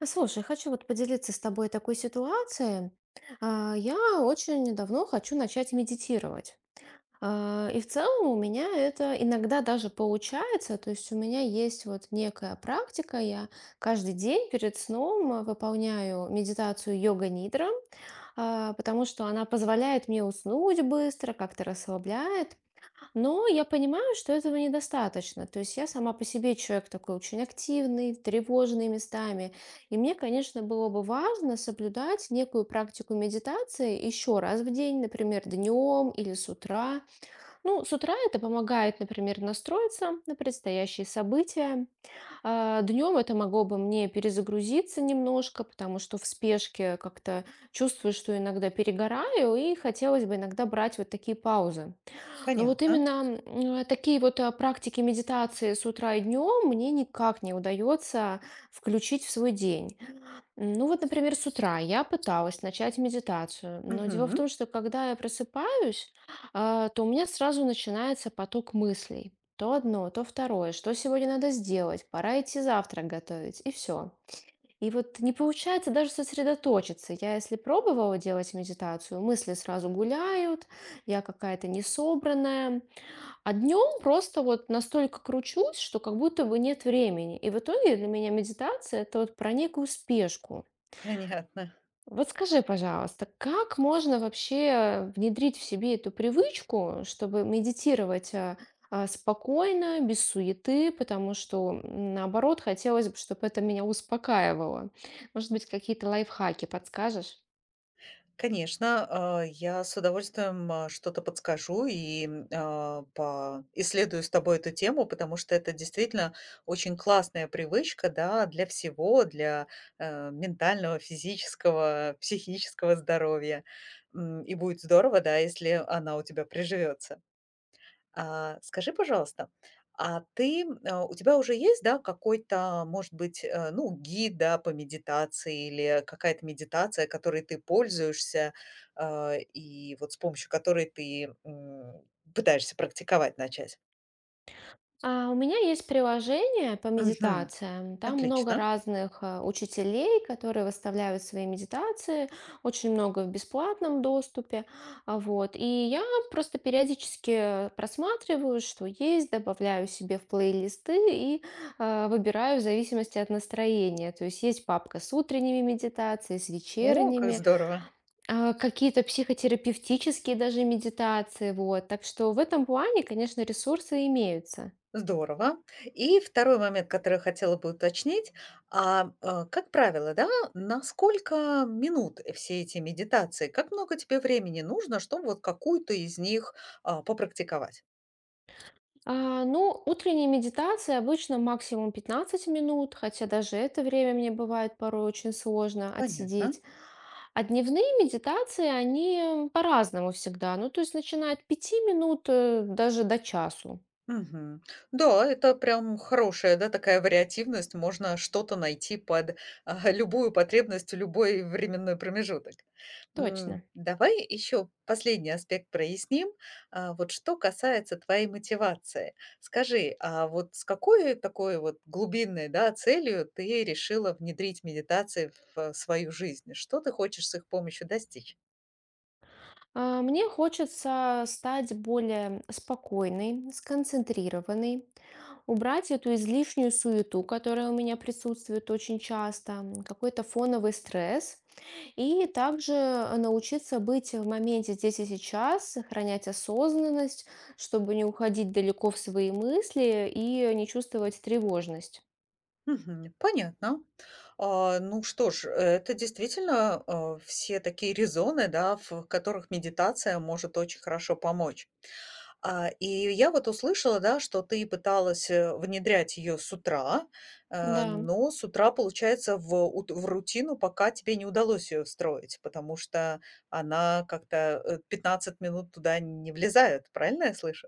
Слушай, хочу вот поделиться с тобой такой ситуацией. Я очень давно хочу начать медитировать. И в целом у меня это иногда даже получается. То есть у меня есть вот некая практика. Я каждый день перед сном выполняю медитацию йога-нидра, потому что она позволяет мне уснуть быстро, как-то расслабляет. Но я понимаю, что этого недостаточно. То есть я сама по себе человек такой очень активный, тревожный местами. И мне, конечно, было бы важно соблюдать некую практику медитации еще раз в день, например, днем или с утра. Ну, с утра это помогает, например, настроиться на предстоящие события. Днем это могло бы мне перезагрузиться немножко, потому что в спешке как-то чувствую, что иногда перегораю, и хотелось бы иногда брать вот такие паузы. Но вот Понятно. именно такие вот практики медитации с утра и днем мне никак не удается включить в свой день. Ну вот, например, с утра я пыталась начать медитацию, но дело в Мгм. том, что когда я просыпаюсь, то у меня сразу начинается поток мыслей. То одно, то второе, что сегодня надо сделать, пора идти завтрак готовить, и все. И вот не получается даже сосредоточиться. Я, если пробовала делать медитацию, мысли сразу гуляют, я какая-то несобранная, а днем просто вот настолько кручусь, что как будто бы нет времени. И в итоге для меня медитация это вот про некую спешку. Понятно. Вот скажи, пожалуйста, как можно вообще внедрить в себе эту привычку, чтобы медитировать спокойно, без суеты, потому что наоборот хотелось бы, чтобы это меня успокаивало. Может быть, какие-то лайфхаки подскажешь? Конечно, я с удовольствием, что-то подскажу и поисследую с тобой эту тему, потому что это действительно очень классная привычка, да, для всего, для ментального, физического, психического здоровья. И будет здорово, да, если она у тебя приживется. А, скажи, пожалуйста, у тебя уже есть, да, какой-то, может быть, гид, да, по медитации или какая-то медитация, которой ты пользуешься, и вот с помощью которой ты пытаешься практиковать начать? У меня есть приложение по Мгм. медитациям. Там много Отлично. разных учителей, которые выставляют свои медитации. Очень много в бесплатном доступе. Вот. И я просто периодически просматриваю, что есть, добавляю себе в плейлисты и выбираю в зависимости от настроения. То есть есть папка с утренними медитациями, с О, как вечерними, здорово! Какие-то психотерапевтические даже медитации. Вот. Так что в этом плане, конечно, ресурсы имеются. Здорово. И второй момент, который я хотела бы уточнить. Как правило, да, на сколько минут все эти медитации? Как много тебе времени нужно, чтобы вот какую-то из них попрактиковать? Ну, утренняя медитация обычно максимум 15 минут, хотя даже это время мне бывает порой очень сложно Понятно. отсидеть. А дневные медитации, они по-разному всегда. Ну, то есть начиная от 5 минут даже до часу. Мгм. Да, это прям хорошая, да, такая вариативность. Можно что-то найти под любую потребность в любой временной промежуток. Точно. М, давай еще последний аспект проясним. А, вот что касается твоей мотивации. Скажи, а вот с какой такой вот глубинной, да, целью ты решила внедрить медитации в свою жизнь? Что ты хочешь с их помощью достичь? Мне хочется стать более спокойной, сконцентрированной, убрать эту излишнюю суету, которая у меня присутствует очень часто, какой-то фоновый стресс. И также научиться быть в моменте здесь и сейчас, сохранять осознанность, чтобы не уходить далеко в свои мысли и не чувствовать тревожность. Мгм. Понятно. Ну что ж, это действительно, все такие резоны, да, в которых медитация может очень хорошо помочь. И я вот услышала, да, что ты пыталась, внедрять ее с утра, э, Да. но с утра, получается, в рутину пока тебе не удалось ее встроить, потому что она как-то 15 минут туда не влезает. Правильно я слышу?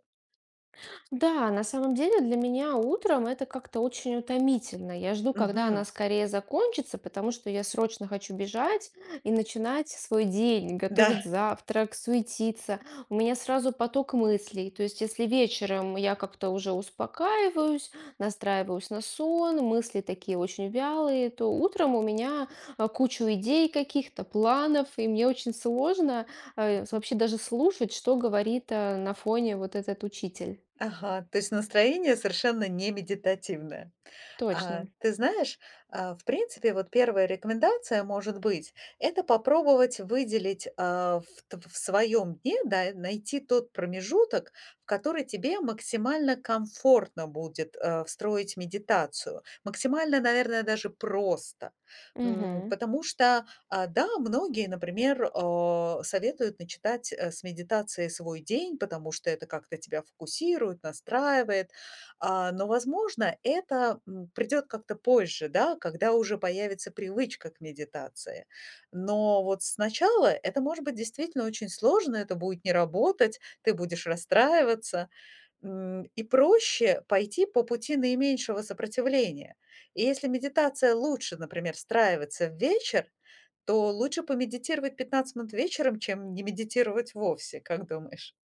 Да, на самом деле для меня утром это как-то очень утомительно. Я жду, когда она Мгм. скорее закончится, потому что я срочно хочу бежать и начинать свой день, Да. готовить завтрак, суетиться. У меня сразу поток мыслей. То есть, если вечером я как-то уже успокаиваюсь, настраиваюсь на сон, мысли такие очень вялые, то утром у меня кучу идей каких-то, планов, и мне очень сложно вообще даже слушать, что говорит на фоне вот этот учитель. Ага, то есть настроение совершенно не медитативное. Точно. А, ты знаешь, в принципе, вот первая рекомендация может быть - это попробовать выделить в своем дне, да, найти тот промежуток, в который тебе максимально комфортно будет, встроить медитацию. Максимально, наверное, даже просто. М, Мгм. потому что, да, многие, например, советуют начитать, с медитации свой день, потому что это как-то тебя фокусирует, настраивает. Но, возможно, это придёт как-то позже, да, когда уже появится привычка к медитации. Но вот сначала это может быть действительно очень сложно, это будет не работать, ты будешь расстраиваться, и проще пойти по пути наименьшего сопротивления. И если медитация лучше, например, встраивается в вечер, то лучше помедитировать 15 минут вечером, чем не медитировать вовсе, как думаешь?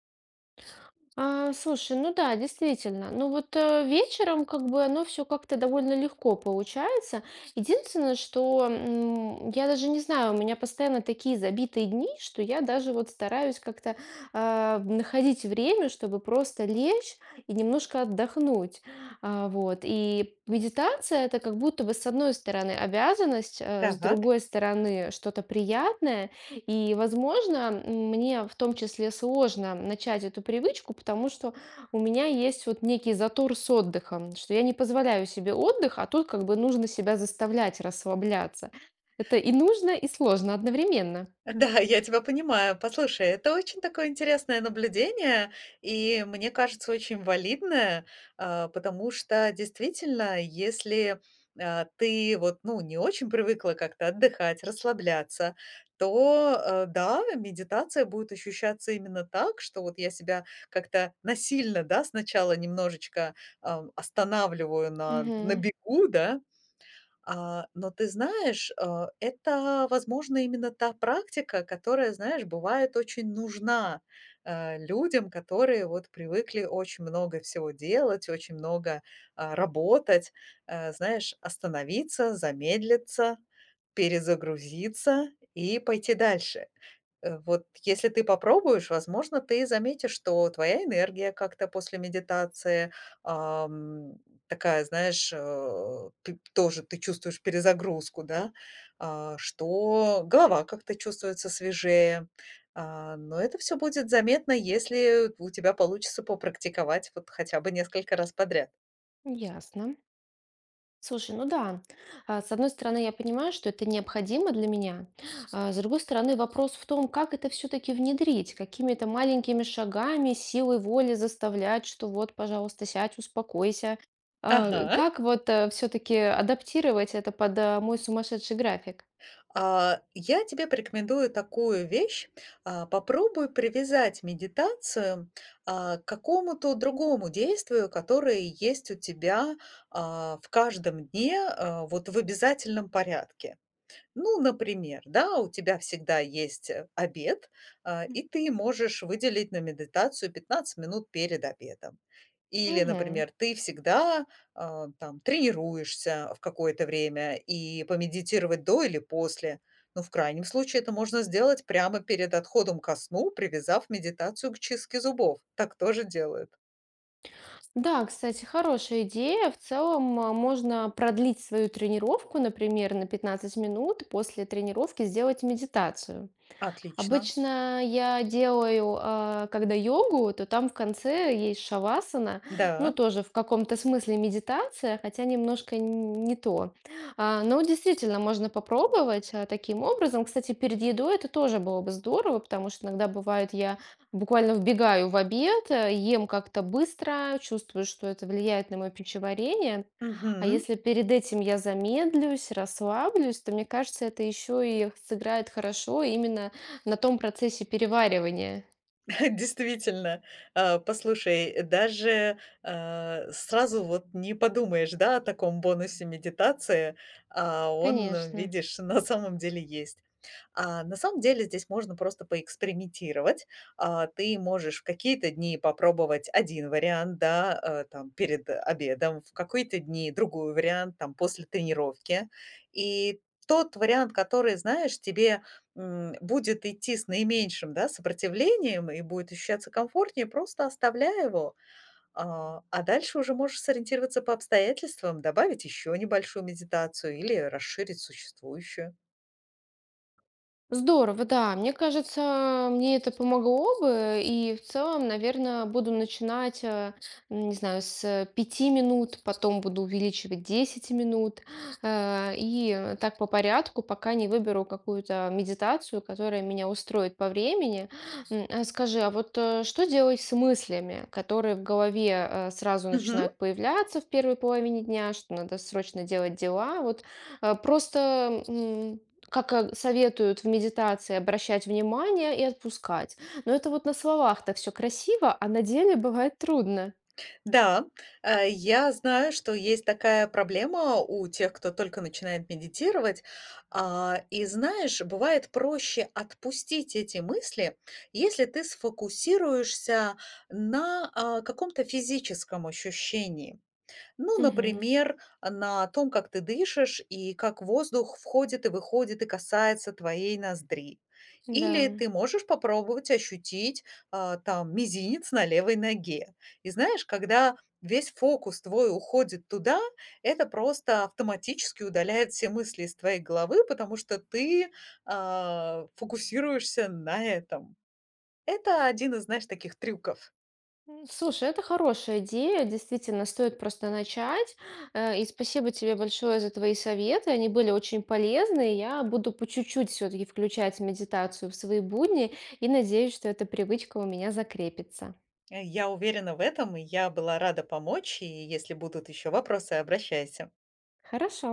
Слушай, ну да, действительно. Ну вот вечером как бы оно все как-то довольно легко получается. Единственное, что я даже не знаю, у меня постоянно такие забитые дни, что я даже вот стараюсь как-то находить время, чтобы просто лечь и немножко отдохнуть. Вот. И медитация это как будто бы с одной стороны обязанность, с Так. другой стороны что-то приятное. И, возможно, мне в том числе сложно начать эту привычку, потому что у меня есть вот некий затор с отдыхом, что я не позволяю себе отдых, а тут как бы нужно себя заставлять расслабляться. Это и нужно, и сложно одновременно. Да, я тебя понимаю. Послушай, это очень такое интересное наблюдение, и мне кажется, очень валидное, потому что действительно, если ты вот, ну, не очень привыкла как-то отдыхать, расслабляться, то да, медитация будет ощущаться именно так, что вот я себя как-то насильно, да, сначала немножечко останавливаю на Мгм. бегу, да, но ты знаешь, это, возможно, именно та практика, которая, знаешь, бывает очень нужна, людям, которые вот привыкли очень много всего делать, очень много работать. Э, знаешь, остановиться, замедлиться, перезагрузиться и пойти дальше. Э, вот если ты попробуешь, возможно, ты заметишь, что твоя энергия как-то после медитации, ам, такая, знаешь, ты тоже ты чувствуешь перезагрузку, да, что голова как-то чувствуется свежее. Но это все будет заметно, если у тебя получится попрактиковать вот хотя бы несколько раз подряд. Ясно. Слушай, ну да. С одной стороны, я понимаю, что это необходимо для меня. С другой стороны, вопрос в том, как это все-таки внедрить, какими-то маленькими шагами, силой воли заставлять, что вот, пожалуйста, сядь, успокойся. Ага. Как вот все-таки адаптировать это под мой сумасшедший график? Я тебе порекомендую такую вещь. Попробуй привязать медитацию к какому-то другому действию, которое есть у тебя в каждом дне вот в обязательном порядке. Ну, например, да, у тебя всегда есть обед, и ты можешь выделить на медитацию 15 минут перед обедом. Или, Мгм. например, ты всегда там тренируешься в какое-то время и помедитировать до или после. Но в крайнем случае, это можно сделать прямо перед отходом ко сну, привязав медитацию к чистке зубов. Так тоже делают. Да, кстати, хорошая идея. В целом можно продлить свою тренировку, например, на 15 минут, после тренировки сделать медитацию. Отлично. Обычно я делаю, когда йогу, то там в конце есть шавасана, ну, Да. тоже в каком-то смысле медитация, хотя немножко не то. Но действительно можно попробовать таким образом. Кстати, перед едой это тоже было бы здорово, потому что иногда бывает, я буквально вбегаю в обед, ем как-то быстро, чувствую, что это влияет на мое пищеварение. А Мгм. если перед этим я замедлюсь, расслаблюсь, то мне кажется, это еще и сыграет хорошо именно на том процессе переваривания. Действительно, послушай, даже сразу вот не подумаешь, да, о таком бонусе медитации, а он, Конечно. видишь, на самом деле есть. А на самом деле здесь можно просто поэкспериментировать. Ты можешь в какие-то дни попробовать один вариант, да, там перед обедом, в какие-то дни другой вариант, там после тренировки. И тот вариант, который, знаешь, тебе, будет идти с наименьшим, да, сопротивлением и будет ощущаться комфортнее, просто оставляй его. А дальше уже можешь сориентироваться по обстоятельствам, добавить еще небольшую медитацию или расширить существующую. Здорово, да. Мне кажется, мне это помогло бы. И в целом, наверное, буду начинать, не знаю, с 5 минут, потом буду увеличивать 10 минут. И так по порядку, пока не выберу какую-то медитацию, которая меня устроит по времени. Скажи, а вот что делать с мыслями, которые в голове сразу Мгм. начинают появляться в первой половине дня, что надо срочно делать дела? Вот просто как, советуют в медитации обращать внимание и отпускать. Но это вот на словах так все красиво, а на деле бывает трудно. Да, я знаю, что есть такая проблема у тех, кто только начинает медитировать. И знаешь, бывает проще отпустить эти мысли, если ты сфокусируешься на каком-то физическом ощущении. Ну, Мгм. например, на том, как ты дышишь и как воздух входит и выходит и касается твоей ноздри. Или ты Да. можешь попробовать ощутить там мизинец на левой ноге. И знаешь, когда весь фокус твой уходит туда, это просто автоматически удаляет все мысли из твоей головы, потому что ты фокусируешься на этом. Это один из, знаешь, таких трюков. Слушай, это хорошая идея, действительно, стоит просто начать. И спасибо тебе большое за твои советы, они были очень полезны. Я буду по чуть-чуть все-таки включать медитацию в свои будни и надеюсь, что эта привычка у меня закрепится. Я уверена в этом, и я была рада помочь. И если будут еще вопросы, обращайся. Хорошо.